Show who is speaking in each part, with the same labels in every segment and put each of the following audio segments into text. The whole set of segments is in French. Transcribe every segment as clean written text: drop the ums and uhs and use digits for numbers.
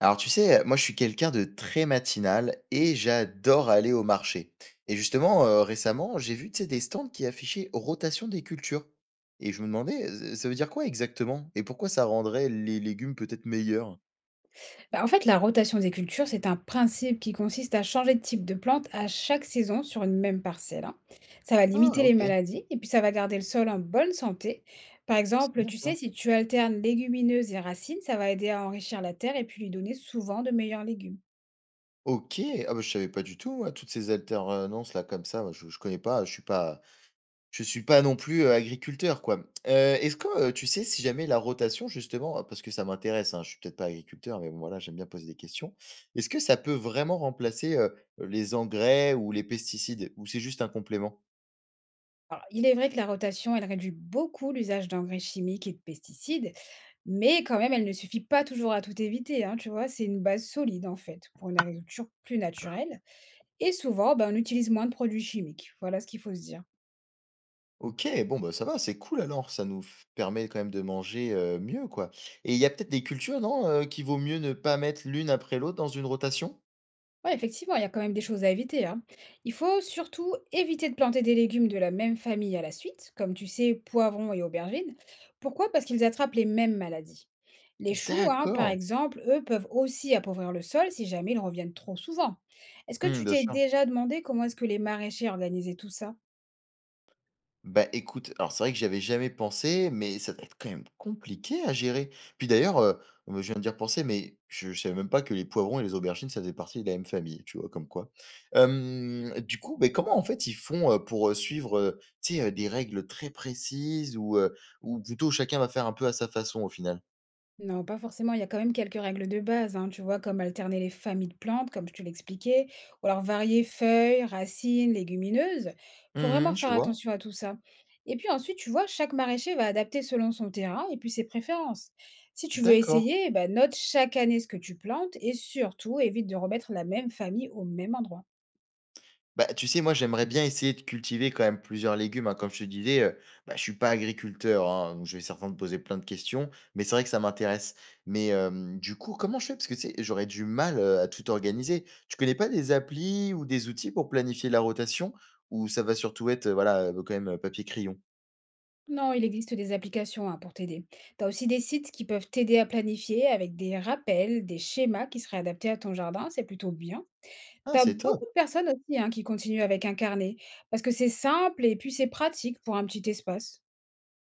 Speaker 1: Alors tu sais, moi je suis quelqu'un de très matinal et j'adore aller au marché. Et justement, récemment, j'ai vu, tu sais, des stands qui affichaient rotation des cultures. Et je me demandais, ça veut dire quoi exactement? Et pourquoi ça rendrait les légumes peut-être meilleurs?
Speaker 2: Bah, en fait, la rotation des cultures, c'est un principe qui consiste à changer de type de plante à chaque saison sur une même parcelle, hein. Ça va
Speaker 1: Ah
Speaker 2: limiter les
Speaker 1: OK,
Speaker 2: maladies et puis ça va garder le sol en bonne santé. Par
Speaker 1: c'est
Speaker 2: exemple,
Speaker 1: bien
Speaker 2: tu
Speaker 1: ça.
Speaker 2: sais, si tu alternes légumineuses et racines, ça va aider à enrichir la terre et puis lui donner souvent de meilleurs légumes.
Speaker 1: OK, ah bah, je savais pas du tout, moi, toutes ces alternances là comme ça, moi je connais pas, je suis pas non plus, agriculteur, quoi. Est-ce que, tu sais si jamais la rotation justement, parce que ça m'intéresse, hein, je suis peut-être pas agriculteur, mais bon voilà, j'aime bien poser des questions. Est-ce que ça peut vraiment remplacer, les engrais ou les pesticides? Ou c'est juste un complément?
Speaker 2: Alors, il est vrai que la rotation, elle réduit beaucoup l'usage d'engrais chimiques et de pesticides, mais quand même, elle ne suffit pas toujours à tout éviter, hein, tu vois, c'est une base solide en fait pour une agriculture plus naturelle. Et souvent, ben, on utilise moins de produits chimiques. Voilà ce qu'il faut se dire.
Speaker 1: OK, bon, bah, ça va, c'est cool alors, ça nous f permet quand même de manger, mieux, quoi. Et il y a peut-être des cultures, non, qu'il vaut mieux ne pas mettre l'une après l'autre dans une rotation?
Speaker 2: Ouais, effectivement, il y a quand même des choses à éviter, hein. Il faut surtout éviter de planter des légumes de la même famille à la suite, comme tu sais, poivrons et aubergines. Pourquoi? Parce qu'ils attrapent les mêmes maladies. Les choux, hein, par
Speaker 1: D'accord.
Speaker 2: exemple, eux peuvent aussi appauvrir le sol si jamais ils reviennent trop souvent. Est-ce que
Speaker 1: Mmh,
Speaker 2: tu
Speaker 1: bien
Speaker 2: t'es
Speaker 1: sûr.
Speaker 2: déjà demandé comment est-ce que les maraîchers organisaient tout ça?
Speaker 1: Bah, écoute, alors c'est vrai que j'avais jamais pensé, mais ça doit être quand même compliqué à gérer. Puis d'ailleurs, je viens de dire penser, mais je savais même pas que les poivrons et les aubergines, ça faisait partie de la même famille, tu vois? Comme quoi. Du coup, mais comment en fait ils font, pour, suivre, tu sais, des règles très précises ou plutôt chacun va faire un peu à sa façon au final?
Speaker 2: Non, pas forcément. Il y a quand même quelques règles de base, hein, tu vois, comme alterner les familles de plantes, comme je te l'expliquais, ou alors varier feuilles, racines, légumineuses. Faut
Speaker 1: Mmh mh.
Speaker 2: vraiment
Speaker 1: Tu
Speaker 2: faire
Speaker 1: vois?
Speaker 2: attention à tout ça. Et puis ensuite, tu vois, chaque maraîcher va adapter selon son terrain et puis ses préférences. Si tu veux
Speaker 1: D'accord.
Speaker 2: essayer, bah, note chaque année ce que tu plantes et surtout évite de remettre la même famille au même endroit.
Speaker 1: Bah, tu sais, moi, j'aimerais bien essayer de cultiver quand même plusieurs légumes, hein. Comme je te disais, bah, je suis pas agriculteur, hein, donc je vais certainement te poser plein de questions, mais c'est vrai que ça m'intéresse. Mais, du coup, comment je fais? Parce que, tu sais, j'aurais du mal, à tout organiser. Tu connais pas des applis ou des outils pour planifier la rotation? Ou ça va surtout être, voilà, quand même, papier crayon?
Speaker 2: Non, il existe des applications hein, pour t'aider. Tu as aussi des sites qui peuvent t'aider à planifier avec des rappels, des schémas qui seraient adaptés à ton jardin, c'est plutôt bien.
Speaker 1: Ah,
Speaker 2: Tu as
Speaker 1: c'est top!
Speaker 2: beaucoup de personnes aussi, hein, qui continuent avec un carnet, parce que c'est simple et puis c'est pratique pour un petit espace.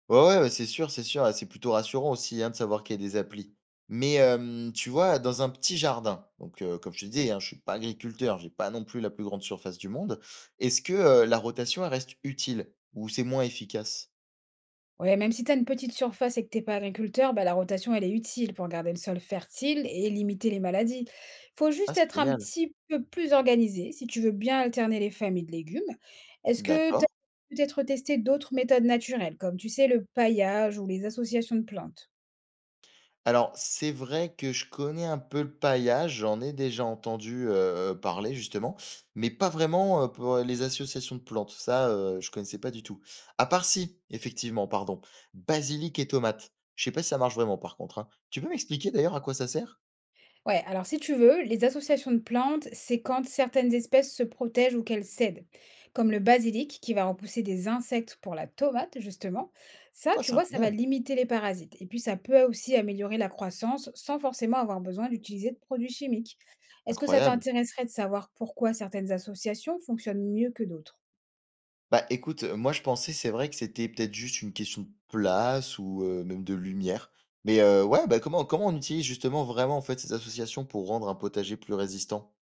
Speaker 1: Ouais, ouais, ouais, c'est sûr et c'est plutôt rassurant aussi, hein, de savoir qu'il y a des applis. Mais, tu vois, dans un petit jardin, donc comme je te disais, hein, je suis pas agriculteur, j'ai pas non plus la plus grande surface du monde. Est-ce que, la rotation, elle reste utile ou c'est moins efficace?
Speaker 2: Ouais, même si tu as une petite surface et que t'es pas agriculteur, bah, la rotation, elle est utile pour garder le sol fertile et limiter les maladies. Il Faut
Speaker 1: Ah,
Speaker 2: juste
Speaker 1: c'est
Speaker 2: être un
Speaker 1: génial.
Speaker 2: petit peu plus organisé si tu veux bien alterner les familles de légumes. Est-ce que tu
Speaker 1: D'accord.
Speaker 2: as peut-être testé d'autres méthodes naturelles, comme tu sais, le paillage ou les associations de plantes?
Speaker 1: Alors, c'est vrai que je connais un peu le paillage, j'en ai déjà entendu, parler justement, mais pas vraiment, pour les associations de plantes. Ça, je connaissais pas du tout. À part si, effectivement, pardon, basilic et tomate. Je sais pas si ça marche vraiment par contre, hein. Tu peux m'expliquer d'ailleurs à quoi ça sert?
Speaker 2: Ouais, alors si tu veux, les associations de plantes, c'est quand certaines espèces se protègent ou qu'elles cèdent, comme le basilic qui va repousser des insectes pour la tomate, justement. Ça,
Speaker 1: Ah,
Speaker 2: tu
Speaker 1: c'est
Speaker 2: vois, ça va
Speaker 1: incroyable,
Speaker 2: limiter les parasites. Et puis, ça peut aussi améliorer la croissance sans forcément avoir besoin d'utiliser de produits chimiques. Est-ce que ça
Speaker 1: incroyable.
Speaker 2: t'intéresserait de savoir pourquoi certaines associations fonctionnent mieux que d'autres?
Speaker 1: Bah, écoute, moi je pensais, c'est vrai que c'était peut-être juste une question de place ou, même de lumière. Mais, ouais, bah, comment on utilise justement vraiment, en fait, ces associations pour rendre un potager plus résistant?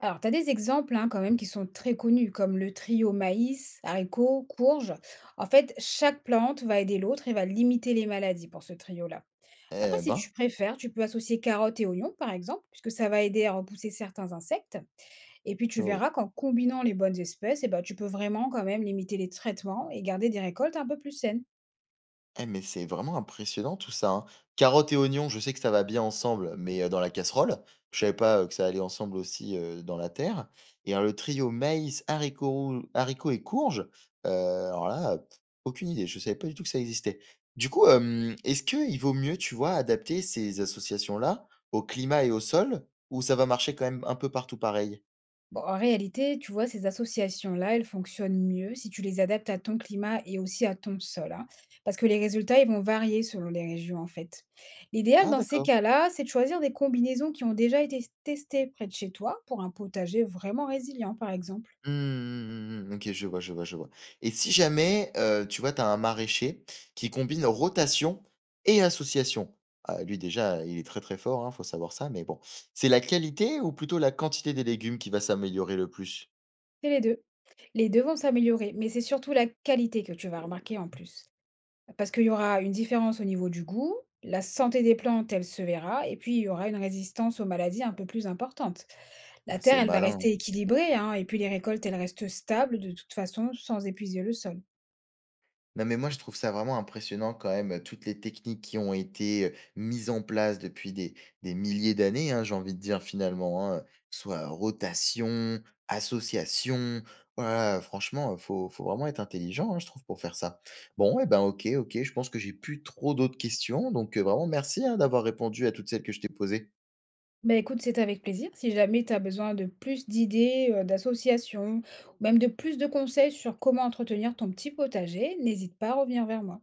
Speaker 2: Alors, tu as des exemples, hein, quand même, qui sont très connus, comme le trio maïs, haricots, courges. En fait, chaque plante va aider l'autre et va limiter les maladies pour ce trio-là. Après,
Speaker 1: Eh
Speaker 2: si
Speaker 1: ben!
Speaker 2: tu préfères, tu peux associer carottes et oignons, par exemple, puisque ça va aider à repousser certains insectes. Et puis, tu
Speaker 1: Oh.
Speaker 2: verras qu'en combinant les bonnes espèces, eh ben, tu peux vraiment quand même limiter les traitements et garder des récoltes un peu plus saines.
Speaker 1: Eh, mais c'est vraiment impressionnant tout ça, hein. Carottes et oignons, je sais que ça va bien ensemble, mais dans la casserole. Je savais pas, que ça allait ensemble aussi, dans la terre et alors le trio maïs, haricots et courges, alors là, pff, aucune idée, je savais pas du tout que ça existait. Du coup, est-ce qu'il vaut mieux, tu vois, adapter ces associations-là au climat et au sol ou ça va marcher quand même un peu partout pareil?
Speaker 2: Bon, en réalité, tu vois, ces associations-là, elles fonctionnent mieux si tu les adaptes à ton climat et aussi à ton sol, hein, parce que les résultats, ils vont varier selon les régions, en fait. L'idéal
Speaker 1: Ah
Speaker 2: dans ces
Speaker 1: d'accord.
Speaker 2: cas-là, c'est de choisir des combinaisons qui ont déjà été testées près de chez toi pour un potager vraiment résilient, par exemple.
Speaker 1: Mmh mh, mmh mmh. OK, je vois, je vois, je vois et si jamais, tu vois, tu as un maraîcher qui combine rotation et association, ah lui déjà, il est très, très fort, hein, faut savoir ça mais bon. C'est la qualité ou plutôt la quantité des légumes qui va s'améliorer le plus?
Speaker 2: C'est les deux. Les deux vont s'améliorer, mais c'est surtout la qualité que tu vas remarquer en plus. Parce qu'il y aura une différence au niveau du goût, la santé des plantes, elle se verra, et puis il y aura une résistance aux maladies un peu plus importante.
Speaker 1: Ouais,
Speaker 2: La terre,
Speaker 1: c'est
Speaker 2: elle va
Speaker 1: malin, hein.
Speaker 2: rester équilibrée, hein, et puis les récoltes, elles restent stables de toute façon, sans épuiser le sol.
Speaker 1: Non, mais moi, je trouve ça vraiment impressionnant quand même, toutes les techniques qui ont été, mises en place depuis des milliers d'années, hein, j'ai envie de dire finalement, hein, soit rotation, association, voilà franchement, faut vraiment être intelligent, hein, je trouve pour faire ça. Bon et ben, OK, OK, je pense que j'ai plus trop d'autres questions donc, vraiment merci, hein, d'avoir répondu à toutes celles que je t'ai posées.
Speaker 2: Bah écoute, c'est avec plaisir. Si jamais tu as besoin de plus d'idées, d'associations, ou même de plus de conseils sur comment entretenir ton petit potager, n'hésite pas à revenir vers moi.